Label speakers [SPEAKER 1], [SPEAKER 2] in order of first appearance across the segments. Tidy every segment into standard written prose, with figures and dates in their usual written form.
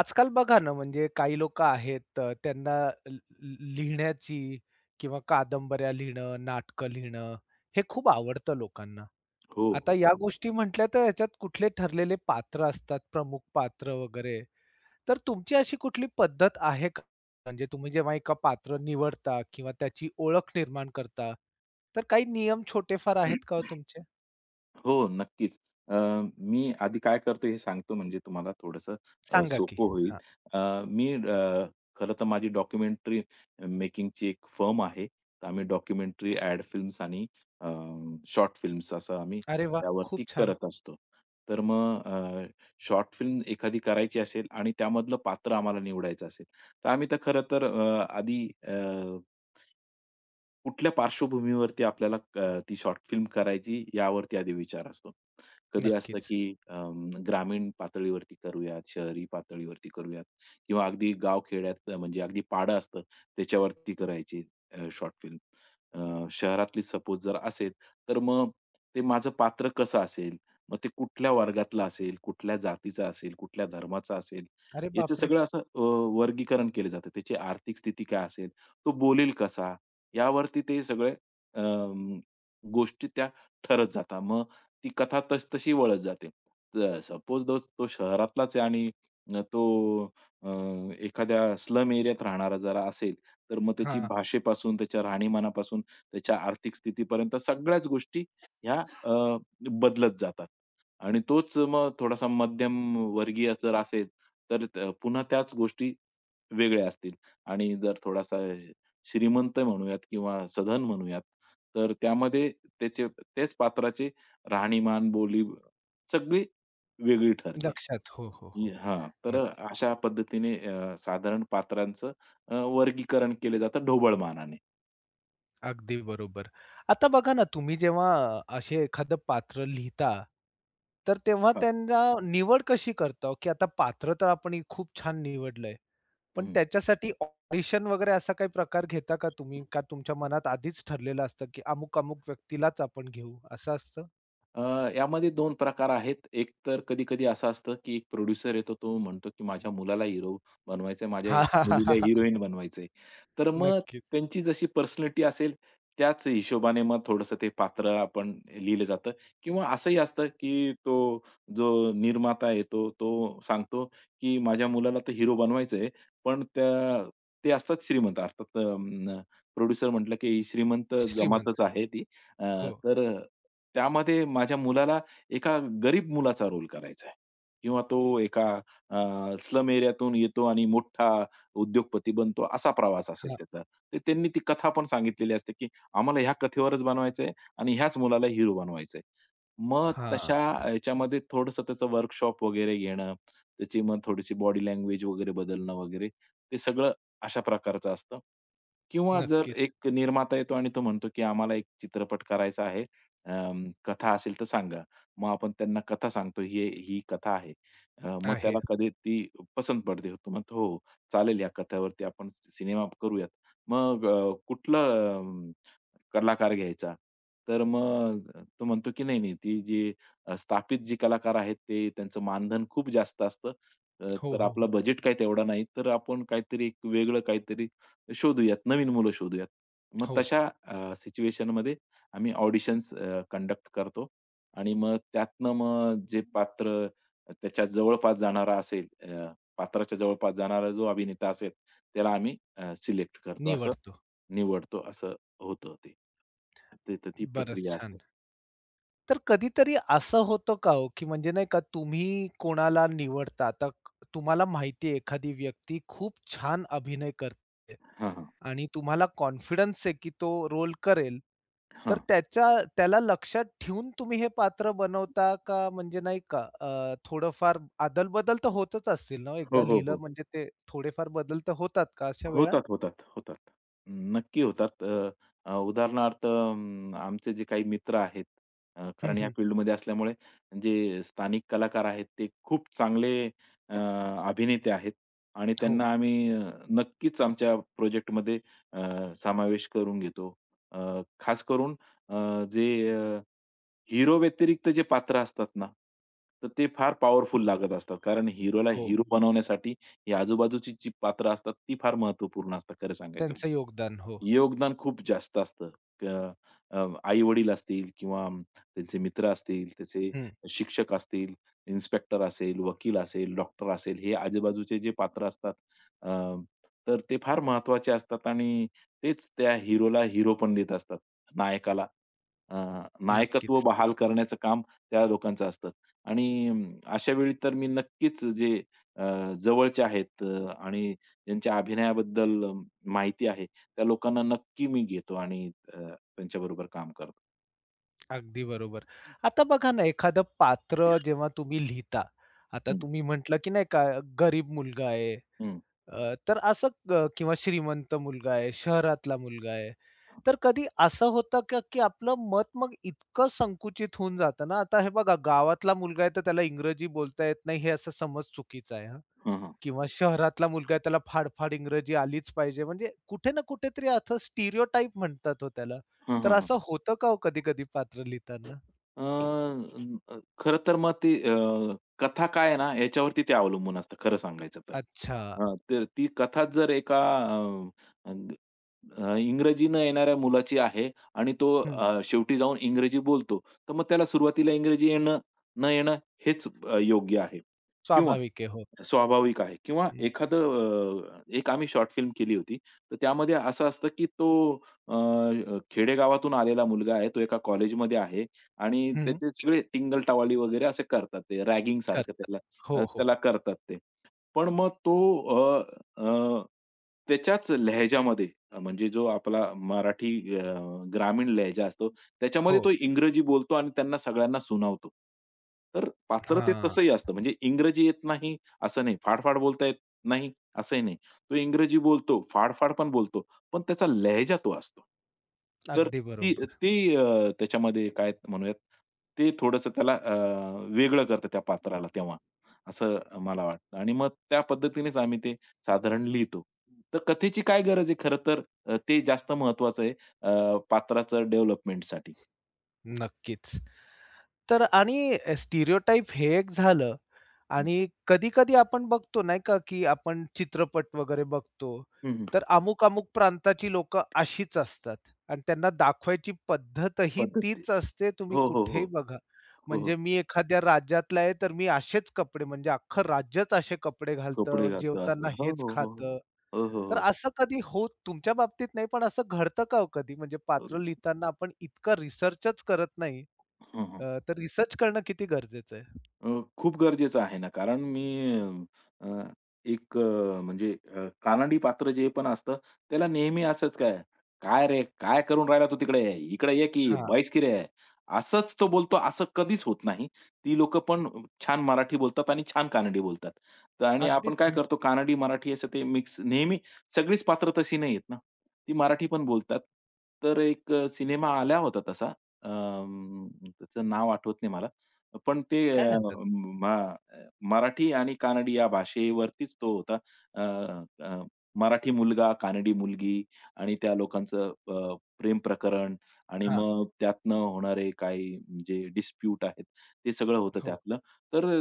[SPEAKER 1] आजकाल बघा ना, म्हणजे काही लोकं आहेत त्यांना ल ल लिहिण्याची किंवा कादंबऱ्या लिहिणं, नाटकं लिहिणं, हे खूप आवडतं लोकांना.
[SPEAKER 2] हो,
[SPEAKER 1] आता
[SPEAKER 2] हो.
[SPEAKER 1] या हो. गोष्टी म्हटल्या तर याच्यात कुठले ठरलेले पात्र असतात, प्रमुख पात्र वगैरे. तर तुमची अशी कुठली पद्धत आहे का? म्हणजे तुम्ही जेव्हा एका पात्र निवडता किंवा त्याची ओळख निर्माण करता, तर काही नियम छोटेफार
[SPEAKER 2] हं,
[SPEAKER 1] आहेत का हो तुमचे?
[SPEAKER 2] हो, नक्कीच. अ, मी आधी काय करतो हे सांगतो म्हणजे तुम्हाला थोडंसं
[SPEAKER 1] सांगा की?
[SPEAKER 2] सोपं होईल.
[SPEAKER 1] हां.
[SPEAKER 2] अ, मी खरं तर माझी डॉक्युमेंटरी मेकिंगची एक फर्म आहे. तर आम्ही डॉक्युमेंटरी, ॲड फिल्म्स आणि अ, शॉर्ट फिल्म्स असं आम्ही
[SPEAKER 1] अरे वाह!
[SPEAKER 2] त्यावरती
[SPEAKER 1] खूप छान.
[SPEAKER 2] करत असतो. तर मग शॉर्ट फिल्म एखादी करायची असेल आणि त्यामधलं पात्र आम्हाला निवडायचं असेल, तर आम्ही तर खरं तर आधी कुठल्या पार्श्वभूमीवरती आपल्याला ती शॉर्ट फिल्म करायची यावरती आधी विचार असतो. कधी असतं
[SPEAKER 1] नक्कीच.
[SPEAKER 2] की ग्रामीण पातळीवरती करूयात, शहरी पातळीवरती करूयात किंवा अगदी गाव-खेड्यात म्हणजे अगदी पाडं असतं त्याच्यावरती करायची शॉर्ट फिल्म. शहरातली सपोज जर असेल, तर मग ते माझं पात्र कसं असेल? मग ते कुठल्या वर्गातलं असेल, कुठल्या जातीचं असेल, कुठल्या धर्माचं असेल,
[SPEAKER 1] अरे
[SPEAKER 2] याचं
[SPEAKER 1] बापरे!
[SPEAKER 2] सगळं असं वर्गीकरण केलं जातं. त्याची आर्थिक स्थिती काय असेल, तो बोलेल कसा? यावरती ते सगळे अं, गोष्टी त्या ठरत जातात. मग ती कथा तसतशी वळत जाते. सपोज दो तो शहरातलाच आहे आणि तो अ, एखाद्या स्लम एरियात राहणारा जरा असेल, तर मग त्याची
[SPEAKER 1] हां.
[SPEAKER 2] भाषेपासून, त्याच्या राहणीमानापासून, त्याच्या आर्थिक स्थितीपर्यंत सगळ्याच गोष्टी ह्या बदलत जातात. आणि तोच मग थोडासा मध्यमवर्गीय जर असेल, तर पुन्हा त्याच गोष्टी वेगळ्या असतील आणि जर थोडासा श्रीमंत म्हणूयात किंवा सधन म्हणूयात, तर त्यामध्ये त्याचे त्याच पात्राचे राहणीमान, बोली सगळी वेगळी ठरते.
[SPEAKER 1] लक्षात. हो, हो, हो.
[SPEAKER 2] हां, तर
[SPEAKER 1] नक्की.
[SPEAKER 2] अशा पद्धतीने साधारण पात्रांचं वर्गीकरण केलं जातं ढोबळ मानाने.
[SPEAKER 1] अगदी बरोबर. आता बघा ना, तुम्ही जेव्हा असे एखादं पात्र लिहिता, तर तेव्हा
[SPEAKER 2] हां.
[SPEAKER 1] त्यांना निवड कशी करता हो? की आता पात्र तर आपण हे खूप छान निवडलंय, पण
[SPEAKER 2] हं.
[SPEAKER 1] त्याच्यासाठी ऑडिशन वगैरे असा काही प्रकार घेता का तुम्ही? का तुमच्या मनात आधीच ठरलेलं असतं, की अमुक-अमुक व्यक्तीलाच आपण घेऊ, असं असतं?
[SPEAKER 2] अ, यामध्ये 2 प्रकार आहेत. एक तर कधी-कधी असं असतं, की एक प्रोड्युसर येतो. तो म्हणतो, की माझ्या मुलाला हिरो बनवायचंय, माझ्या
[SPEAKER 1] हा हा हा हा,
[SPEAKER 2] मुलीला
[SPEAKER 1] हा.
[SPEAKER 2] हिरोईन बनवायचंय. तर मग
[SPEAKER 1] नक्कीच.
[SPEAKER 2] त्यांची जशी पर्सनॅलिटी असेल, त्याच हिशोबाने मग थोडंसं ते पात्र आपण लिहिलं जातं किंवा असंही असतं, की तो जो निर्माता येतो, तो सांगतो, की माझ्या मुलाला तर हिरो बनवायचंय. पण त्या ते असतात श्रीमंत. अर्थात प्रोड्युसर म्हटलं, की श्रीमंत
[SPEAKER 1] श्रीमंत.
[SPEAKER 2] जमातच आहे ती. अ,
[SPEAKER 1] हो.
[SPEAKER 2] तर अ, त्यामध्ये माझ्या मुलाला एका गरीब मुलाचा रोल करायचा आहे किंवा तो एका अ, स्लम एरियातून येतो आणि मोठा उद्योगपती बनतो असा प्रवास असेल
[SPEAKER 1] हां.
[SPEAKER 2] त्याचा. तर त्यांनी ती कथा पण सांगितलेली असते, की आम्हाला ह्या कथेवरच बनवायचंय आणि ह्याच मुलाला हिरो बनवायचंय. मग
[SPEAKER 1] हां.
[SPEAKER 2] तशा ह्याच्यामध्ये थोडंसं त्याचं वर्कशॉप वगैरे घेणं, त्याची मग थोडीशी बॉडी लँग्वेज वगैरे बदलणं वगैरे ते सगळं अशा प्रकारचं असतं. किंवा जर
[SPEAKER 1] नक्कीच.
[SPEAKER 2] एक निर्माता येतो आणि तो म्हणतो, की आम्हाला एक चित्रपट करायचा आहे. कथा असेल तर सांगा. मग आपण त्यांना कथा सांगतो, ही ही कथा आहे. मग
[SPEAKER 1] आहे.
[SPEAKER 2] त्याला कधी ती पसंत पडते. तो म्हणतो, "हो, चालेल या कथेवरती आपण सिनेमा करूयात." मग कुठलं कलाकार घ्यायचा. तर मग तो म्हणतो की नाही, नाही ती जी स्थापित जी कलाकार आहेत ते त्यांचं मानधन खूप जास्त असतं.
[SPEAKER 1] हो,
[SPEAKER 2] तर
[SPEAKER 1] हो,
[SPEAKER 2] आपला
[SPEAKER 1] हो.
[SPEAKER 2] बजेट काही तेवढा नाही. तर आपण काहीतरी एक वेगळं काहीतरी शोधूयात, नवीन मुलं शोधूयात. मग
[SPEAKER 1] हो,
[SPEAKER 2] तशा सिच्युएशनमध्ये आम्ही ऑडिशन्स कंडक्ट करतो आणि मग त्यातनं मग जे पात्र त्याच्या जवळपास जाणारा असेल, पात्राच्या जवळपास जाणारा जो अभिनेता असेल त्याला आम्ही सिलेक्ट करतो. असं
[SPEAKER 1] निवडतो.
[SPEAKER 2] निवडतो असं होतं ते. ते तर ती
[SPEAKER 1] बरंच
[SPEAKER 2] प्रक्रिया असते.
[SPEAKER 1] छान. तर कधीतरी असं होतं का हो, की म्हणजे नाही का तुम्ही कोणाला निवडता आता क- तुम्हाला माहिती आहे एखादी व्यक्ती खूप छान अभिनय करते
[SPEAKER 2] हां, हां.
[SPEAKER 1] आणि तुम्हाला कॉन्फिडन्स आहे की तो रोल करेल. तर
[SPEAKER 2] हां.
[SPEAKER 1] त्याच्या त्याला लक्षात ठेवून तुम्ही हे पात्र बनवता का म्हणजे नाही का थोडंफार अदल-बदल तर होतच असतील ना हो?
[SPEAKER 2] हो,
[SPEAKER 1] एकदा
[SPEAKER 2] हो,
[SPEAKER 1] लिहिलं
[SPEAKER 2] हो.
[SPEAKER 1] म्हणजे ते थोडेफार बदल तर होतात का अशा वेळा?
[SPEAKER 2] होतात, होतात, होतात. नक्की होतात. अ, अ, उदाहरणार्थ आमचे जे काही मित्र आहेत,
[SPEAKER 1] हं,
[SPEAKER 2] कारण या
[SPEAKER 1] हं.
[SPEAKER 2] फील्डमध्ये असल्यामुळे जे स्थानिक कलाकार आहेत, ते खूप चांगले अ, अभिनेते आहेत आणि
[SPEAKER 1] हो,
[SPEAKER 2] त्यांना आम्ही नक्कीच आमच्या प्रोजेक्टमध्ये समावेश करून घेतो. खास करून अ, जे अ हीरो व्यतिरिक्त जे पात्र असतात ना, तर ते फार पॉवरफुल लागत असतात. कारण हिरोला
[SPEAKER 1] हो.
[SPEAKER 2] हीरो बनवण्यासाठी ही आजूबाजूची जी पात्र असतात, ती फार महत्त्वपूर्ण असतात खरं सांगायचं.
[SPEAKER 1] त्यांचं योगदान. हो.
[SPEAKER 2] योगदान खूप जास्त असतं. अ, अ, आई-वडील असतील किंवा त्यांचे मित्र असतील, त्याचे
[SPEAKER 1] हं.
[SPEAKER 2] शिक्षक असतील, इन्स्पेक्टर असेल, वकील असेल, डॉक्टर असेल, हे आजूबाजूचे जे पात्र असतात, अ, तर ते फार महत्वाचे असतात आणि तेच त्या हिरोला हिरो पण देत असतात, नायकाला. अ, नायकत्व
[SPEAKER 1] नक्कीच.
[SPEAKER 2] बहाल करण्याचं काम त्या लोकांचं असतं आणि अशा वेळी तर मी नक्कीच जे अ, जवळचे आहेत आणि ज्यांच्या अभिनयाबद्दल माहिती आहे, त्या लोकांना नक्की मी घेतो आणि अ, त्यांच्याबरोबर काम करतो.
[SPEAKER 1] अगदी बरोबर. आता बघा ना, एखादं पात्र जेव्हा तुम्ही लिहिता, आता
[SPEAKER 2] हं,
[SPEAKER 1] तुम्ही म्हटलं, की नाही का गरीब मुलगा आहे,
[SPEAKER 2] हं.
[SPEAKER 1] तर असं क किंवा श्रीमंत मुलगा आहे, शहरातला मुलगा आहे. तर कधी असं होतं का, की आपलं मत मग इतकं संकुचित होऊन जातं ना, आता हे बघा गावातला मुलगा आहे, तर त्याला इंग्रजी बोलता येत नाही, हे असं समज चुकीचं आहे हां.
[SPEAKER 2] हं, हं.
[SPEAKER 1] किंवा शहरातला मुलगा आहे, त्याला फाडफाड इंग्रजी आलीच पाहिजे, म्हणजे कुठे ना कुठेतरी असं स्टिरियोटाइप म्हणतात हो त्याला.
[SPEAKER 2] हं,
[SPEAKER 1] तर
[SPEAKER 2] हं, हं.
[SPEAKER 1] असं होतं का हो कधी-कधी पात्र लिहिताना?
[SPEAKER 2] अ, अ, खरं तर मग ती कथा काय आहे ना याच्यावरती ते अवलंबून असतं खरं सांगायचं तर.
[SPEAKER 1] अच्छा.
[SPEAKER 2] हां, तर ती कथा जर एका अ, अ, इंग्रजी न येणाऱ्या मुलाची आहे आणि तो
[SPEAKER 1] हं.
[SPEAKER 2] शेवटी जाऊन इंग्रजी बोलतो, तर मग त्याला सुरुवातीला इंग्रजी येणं, न येणं हेच योग्य आहे किंवा
[SPEAKER 1] स्वाभाविक आहे. हो.
[SPEAKER 2] स्वाभाविक आहे किंवा
[SPEAKER 1] हं.
[SPEAKER 2] एखादं एक आम्ही शॉर्ट फिल्म केली होती. तर त्यामध्ये असं असतं की तो अ, खेडेगावातून आलेला मुलगा आहे. तो एका कॉलेजमध्ये आहे आणि
[SPEAKER 1] हं.
[SPEAKER 2] त्याचे सगळे टिंगल-टवाली वगैरे असे करतात ते रॅगिंग सारखं
[SPEAKER 1] करतात.
[SPEAKER 2] त्याला
[SPEAKER 1] हो, हो.
[SPEAKER 2] त्याला करतात ते. पण मग तो अ, अ, त्याच्याच लहजामध्ये म्हणजे जो आपला मराठी अ, ग्रामीण लहजा असतो, त्याच्यामध्ये
[SPEAKER 1] हो.
[SPEAKER 2] तो इंग्रजी बोलतो आणि त्यांना सगळ्यांना सुनावतो. तर पात्र ते
[SPEAKER 1] हां.
[SPEAKER 2] तसंही असतं. म्हणजे इंग्रजी येत नाही असं नाही, फाड बोलता येत नाही असंही नाही. तो इंग्रजी बोलतो, फाड पण बोलतो, पण त्याचा लहजा तो असतो. तर
[SPEAKER 1] अगदी
[SPEAKER 2] ती
[SPEAKER 1] बरोबर.
[SPEAKER 2] ती तर त्याच्यामध्ये काय म्हणूयात, ते थोडंसं त्याला वेगळं करतं त्या पात्राला तेव्हा, असं मला वाटतं आणि मग त्या पद्धतीनेच आम्ही ते साधारण लिहितो. तर कथेची काय गरज आहे खरं तर ते जास्त महत्वाचं आहे पात्राचं डेव्हलपमेंटसाठी.
[SPEAKER 1] नक्कीच. तर आणि स्टिरियोटाइप हे एक झालं आणि कधी-कधी आपण बघतो नाही का, की आपण चित्रपट वगैरे बघतो.
[SPEAKER 2] हं, हं.
[SPEAKER 1] तर अमुक-अमुक प्रांताची लोकं अशीच असतात आणि त्यांना दाखवायची पद्धतही
[SPEAKER 2] पद्धती
[SPEAKER 1] तीच असते. तुम्ही
[SPEAKER 2] हो, हो,
[SPEAKER 1] कुठेही
[SPEAKER 2] हो.
[SPEAKER 1] बघा.
[SPEAKER 2] हो, हो.
[SPEAKER 1] म्हणजे मी एखाद्या राज्यातला आहे, तर मी असेच कपडे म्हणजे अख्खं राज्यच असे कपडे
[SPEAKER 2] कपडे
[SPEAKER 1] घालतं,
[SPEAKER 2] घालतो
[SPEAKER 1] जेवताना
[SPEAKER 2] असं. हो,
[SPEAKER 1] हेच
[SPEAKER 2] हो, हो, हो.
[SPEAKER 1] खातं.
[SPEAKER 2] हो, हो,
[SPEAKER 1] तर
[SPEAKER 2] हो.
[SPEAKER 1] असं कधी होत तुमच्या बाबतीत नाही, पण असं घडतं का हो कधी? म्हणजे पात्र लिहिताना आपण इतका रिसर्चच करत नाही.
[SPEAKER 2] हं, हं.
[SPEAKER 1] तर रिसर्च करणं किती गरजेचं आहे?
[SPEAKER 2] अ, खूप गरजेचं आहे ना, कारण मी अ, एक म्हणजे कानडी पात्र जे पण असतं, त्याला नेहमी असंच काय, "काय रे, काय करून राहिला तू तिकडे? इकडे ये की,
[SPEAKER 1] हां,
[SPEAKER 2] बैस की रे!" असंच तो बोलतो असं कधीच होत नाही. ती लोकं पण छान मराठी बोलतात आणि छान कानडी बोलतात. तर आणि आपण
[SPEAKER 1] अगदीच
[SPEAKER 2] काय
[SPEAKER 1] ना.
[SPEAKER 2] करतो कानडी, मराठी असं ते मिक्स नेहमी. सगळीच पात्र तशी नाहीयेत ना. ती मराठी पण बोलतात. तर एक सिनेमा आला होता तसा. अं, त्याचं नाव आठवत नाही मला. पण ते
[SPEAKER 1] काय
[SPEAKER 2] अ,
[SPEAKER 1] घालतात?
[SPEAKER 2] मा मराठी आणि कानडी या भाषेवरतीच तो होता. अ, अ, मराठी मुलगा, कानडी मुलगी आणि त्या लोकांचं प्रेम प्रकरण आणि
[SPEAKER 1] हां,
[SPEAKER 2] मग त्यातनं होणारे काही जे डिस्प्यूट आहेत, ते सगळं होतं
[SPEAKER 1] हो.
[SPEAKER 2] त्यातलं. तर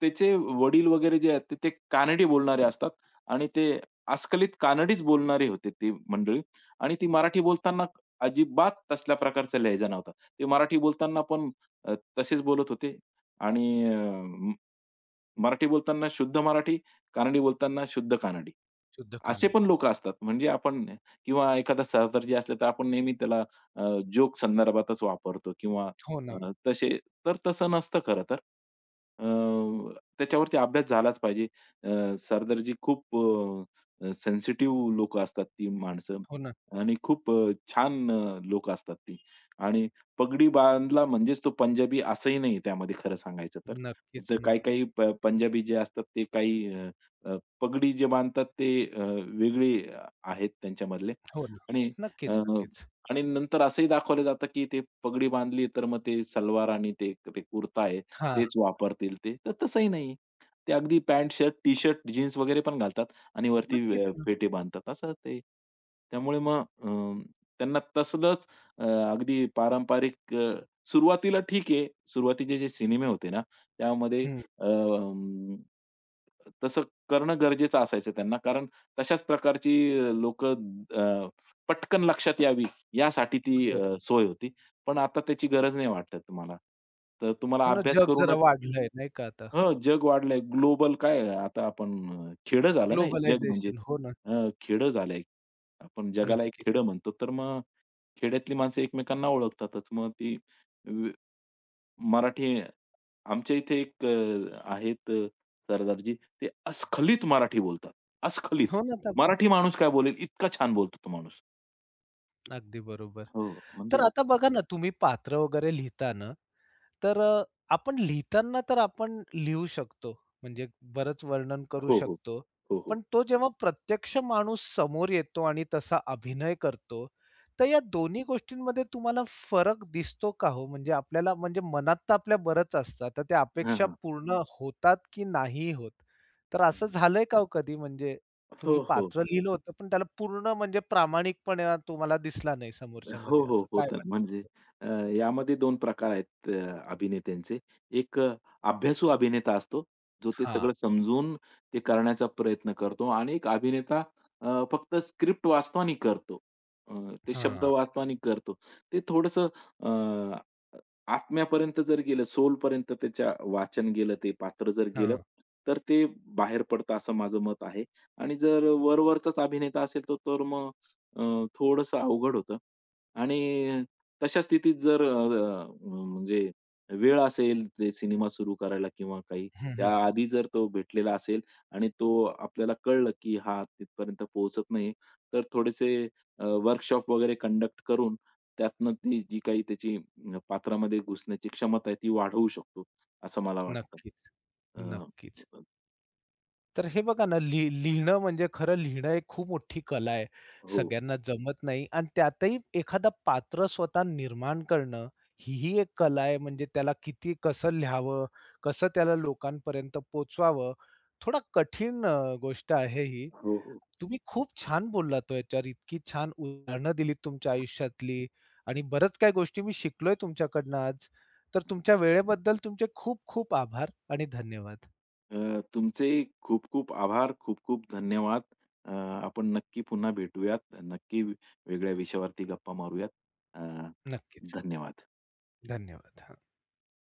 [SPEAKER 2] त्याचे वडील वगैरे जे आहेत, ते ते कानडी बोलणारे असतात आणि ते अस्खलित कानडीच बोलणारे होते ती मंडळी आणि ती मराठी बोलताना अजिबात तसल्या प्रकारचा लहजा नव्हता. ते मराठी बोलताना पण तसेच बोलत होते आणि अ, म मराठी बोलताना शुद्ध मराठी, कानडी बोलताना शुद्ध कानडी.
[SPEAKER 1] शुद्ध
[SPEAKER 2] असे पण
[SPEAKER 1] कानडी.
[SPEAKER 2] लोकं असतात. म्हणजे आपण किंवा एखादा सरदारजी असले तर आपण नेहमी त्याला जोक संदर्भातच वापरतो किंवा
[SPEAKER 1] हो ना,
[SPEAKER 2] तसे. तर तसं नसतं खरं तर. त्याच्यावरती अभ्यास झालाच पाहिजे. सरदारजी खूप सेन्सिटिव्ह लोकं असतात ती माणसं
[SPEAKER 1] हो ना.
[SPEAKER 2] आणि खूप छान असतात ती आणि पगडी बांधला म्हणजेच तो पंजाबी असंही नाही त्यामध्ये खरं सांगायचं तर.
[SPEAKER 1] नक्कीच
[SPEAKER 2] तर
[SPEAKER 1] ना.
[SPEAKER 2] काही-काही पंजाबी जे असतात ते काही अ, अ, पगडी जे बांधतात ते वेगळे आहेत त्यांच्यामधले
[SPEAKER 1] हो ना.
[SPEAKER 2] आणि अ,
[SPEAKER 1] नक्कीच, नक्कीच.
[SPEAKER 2] आणि नंतर असंही दाखवलं जातं, की ते पगडी बांधली तर मग ते सलवार आणि ते ते कुर्ता आहे
[SPEAKER 1] हां,
[SPEAKER 2] तेच वापरतील ते. तर तसंही नाही. ते अगदी पॅन्ट, शर्ट, टी-शर्ट, जीन्स वगैरे पण घालतात आणि वरती
[SPEAKER 1] नक्कीच ना.
[SPEAKER 2] फेटे बांधतात असं ते. त्यामुळे मग अ, त्यांना तसलं अ, अगदी पारंपरिक सुरुवातीला ठीक आहे. सुरुवातीचे जे सिनेमे होते ना, त्यामध्ये
[SPEAKER 1] हं,
[SPEAKER 2] अं, तसं करणं गरजेचं असायचं त्यांना. कारण तशाच प्रकारची लोकं पटकन लक्षात यावी यासाठी ती
[SPEAKER 1] हो.
[SPEAKER 2] सोय होती. पण आता त्याची गरज नाही वाटत मला. तर तुम्हाला
[SPEAKER 1] हो ना,
[SPEAKER 2] अभ्यास
[SPEAKER 1] जग
[SPEAKER 2] करून.
[SPEAKER 1] जरा वाढलंय नाही का आता.
[SPEAKER 2] हो, जग वाढलंय. ग्लोबल काय आहे आता आपण खेडं झालं ना हे जग म्हणजे.
[SPEAKER 1] ग्लोबलायझेशन हो ना,
[SPEAKER 2] खेडं झालंय. आपण जगाला एक
[SPEAKER 1] नक्की.
[SPEAKER 2] खेडं म्हणतो. तर मग खेड्यातली माणसं एकमेकांना ओळखतातच. मग ती व मराठी. आमच्या इथे एक आहेत सरदारजी. ते अस्खलित मराठी बोलतात. अस्खलित.
[SPEAKER 1] हो ना, आता आपण
[SPEAKER 2] मराठी माणूस काय बोलेल इतका छान बोलतो तो माणूस.
[SPEAKER 1] अगदी बरोबर.
[SPEAKER 2] हो,
[SPEAKER 1] तर
[SPEAKER 2] म्हणजे.
[SPEAKER 1] आता बघा ना, तुम्ही पात्र वगैरे लिहिता ना तर आपण लिहिताना तर आपण लिहू शकतो, म्हणजे बरंच वर्णन करू
[SPEAKER 2] हो, हो.
[SPEAKER 1] शकतो.
[SPEAKER 2] हो, हो.
[SPEAKER 1] पण तो जेव्हा प्रत्यक्ष माणूस समोर येतो आणि तसा अभिनय करतो, तर या दोन्ही गोष्टींमध्ये तुम्हाला फरक दिसतो का हो? म्हणजे आपल्याला म्हणजे मनात तर आपल्या बरंच असतं. आता त्या
[SPEAKER 2] हां,
[SPEAKER 1] अपेक्षा
[SPEAKER 2] हां.
[SPEAKER 1] पूर्ण होतात की नाही होत? तर असं झालंय का हो कधी? म्हणजे
[SPEAKER 2] हो,
[SPEAKER 1] तुम्ही
[SPEAKER 2] हो.
[SPEAKER 1] पात्र लिहिलं होतं, पण त्याला पूर्ण म्हणजे प्रामाणिकपणा तुम्हाला दिसला नाही
[SPEAKER 2] हो,
[SPEAKER 1] समोरच्यामध्ये
[SPEAKER 2] हो.
[SPEAKER 1] असं काय
[SPEAKER 2] होतं.
[SPEAKER 1] वाटतं?
[SPEAKER 2] म्हणजे अ, यामध्ये 2 प्रकार आहेत अभिनेत्यांचे. एक अभ्यासू अभिनेता असतो, जो ते
[SPEAKER 1] हां,
[SPEAKER 2] सगळं समजून ते करण्याचा प्रयत्न करतो आणि एक अभिनेता फक्त स्क्रिप्ट वाचतो आणि करतो. अ, ते शब्द
[SPEAKER 1] हां,
[SPEAKER 2] वाचतो आणि करतो. ते थोडंसं अ, आत्म्यापर्यंत जर गेलं, सोलपर्यंत त्याच्या वाचन गेलं, ते पात्र जर गेलं,
[SPEAKER 1] हां.
[SPEAKER 2] तर ते बाहेर पडतं असं माझं मत आहे. आणि जर वरवरचाच अभिनेता असेल तो तर मग अ, थोडंसं अवघड होतं. आणि तशा स्थितीत जर अ, अ, म्हणजे वेळ असेल ते सिनेमा सुरू करायला किंवा काही त्याआधी जर तो भेटलेला असेल आणि तो आपल्याला कळलं, की हा तिथपर्यंत पोहोचत नाही, तर थोडेसे वर्कशॉप वगैरे कंडक्ट करून त्यातनं ती जी काही त्याची पात्रामध्ये घुसण्याची क्षमता आहे ती वाढवू शकतो, असं मला वाटतं.
[SPEAKER 1] नक्कीच,
[SPEAKER 2] अ,
[SPEAKER 1] नक्कीच. तर हे बघा ना, लिहिणं म्हणजे खरं लिहिणं एक खूप मोठी कला आहे.
[SPEAKER 2] हो,
[SPEAKER 1] सगळ्यांना जमत नाही आणि त्यातही एखादा पात्र स्वतः निर्माण करणं, हीही एक कला आहे. म्हणजे त्याला किती कसं लिहावं, कसं त्याला लोकांपर्यंत पोहोचवावं, थोडा कठीण गोष्ट आहे ही.
[SPEAKER 2] हो, हो.
[SPEAKER 1] तुम्ही खूप छान बोललात हो याच्यावर. इतकी छान उदाहरणं दिलीत तुमच्या आयुष्यातली आणि बरंच काही गोष्टी मी शिकलोय तुमच्याकडनं आज. तर तुमच्या वेळेबद्दल तुमचे खूप खूप आभार आणि धन्यवाद.
[SPEAKER 2] तुमचे खूप-खूप आभार, खूप-खूप धन्यवाद. अ, आपण नक्की पुन्हा भेटूयात. नक्की वेगळ्या विषयावरती गप्पा मारूयात. अ,
[SPEAKER 1] नक्कीच.
[SPEAKER 2] धन्यवाद.
[SPEAKER 1] धन्यवाद.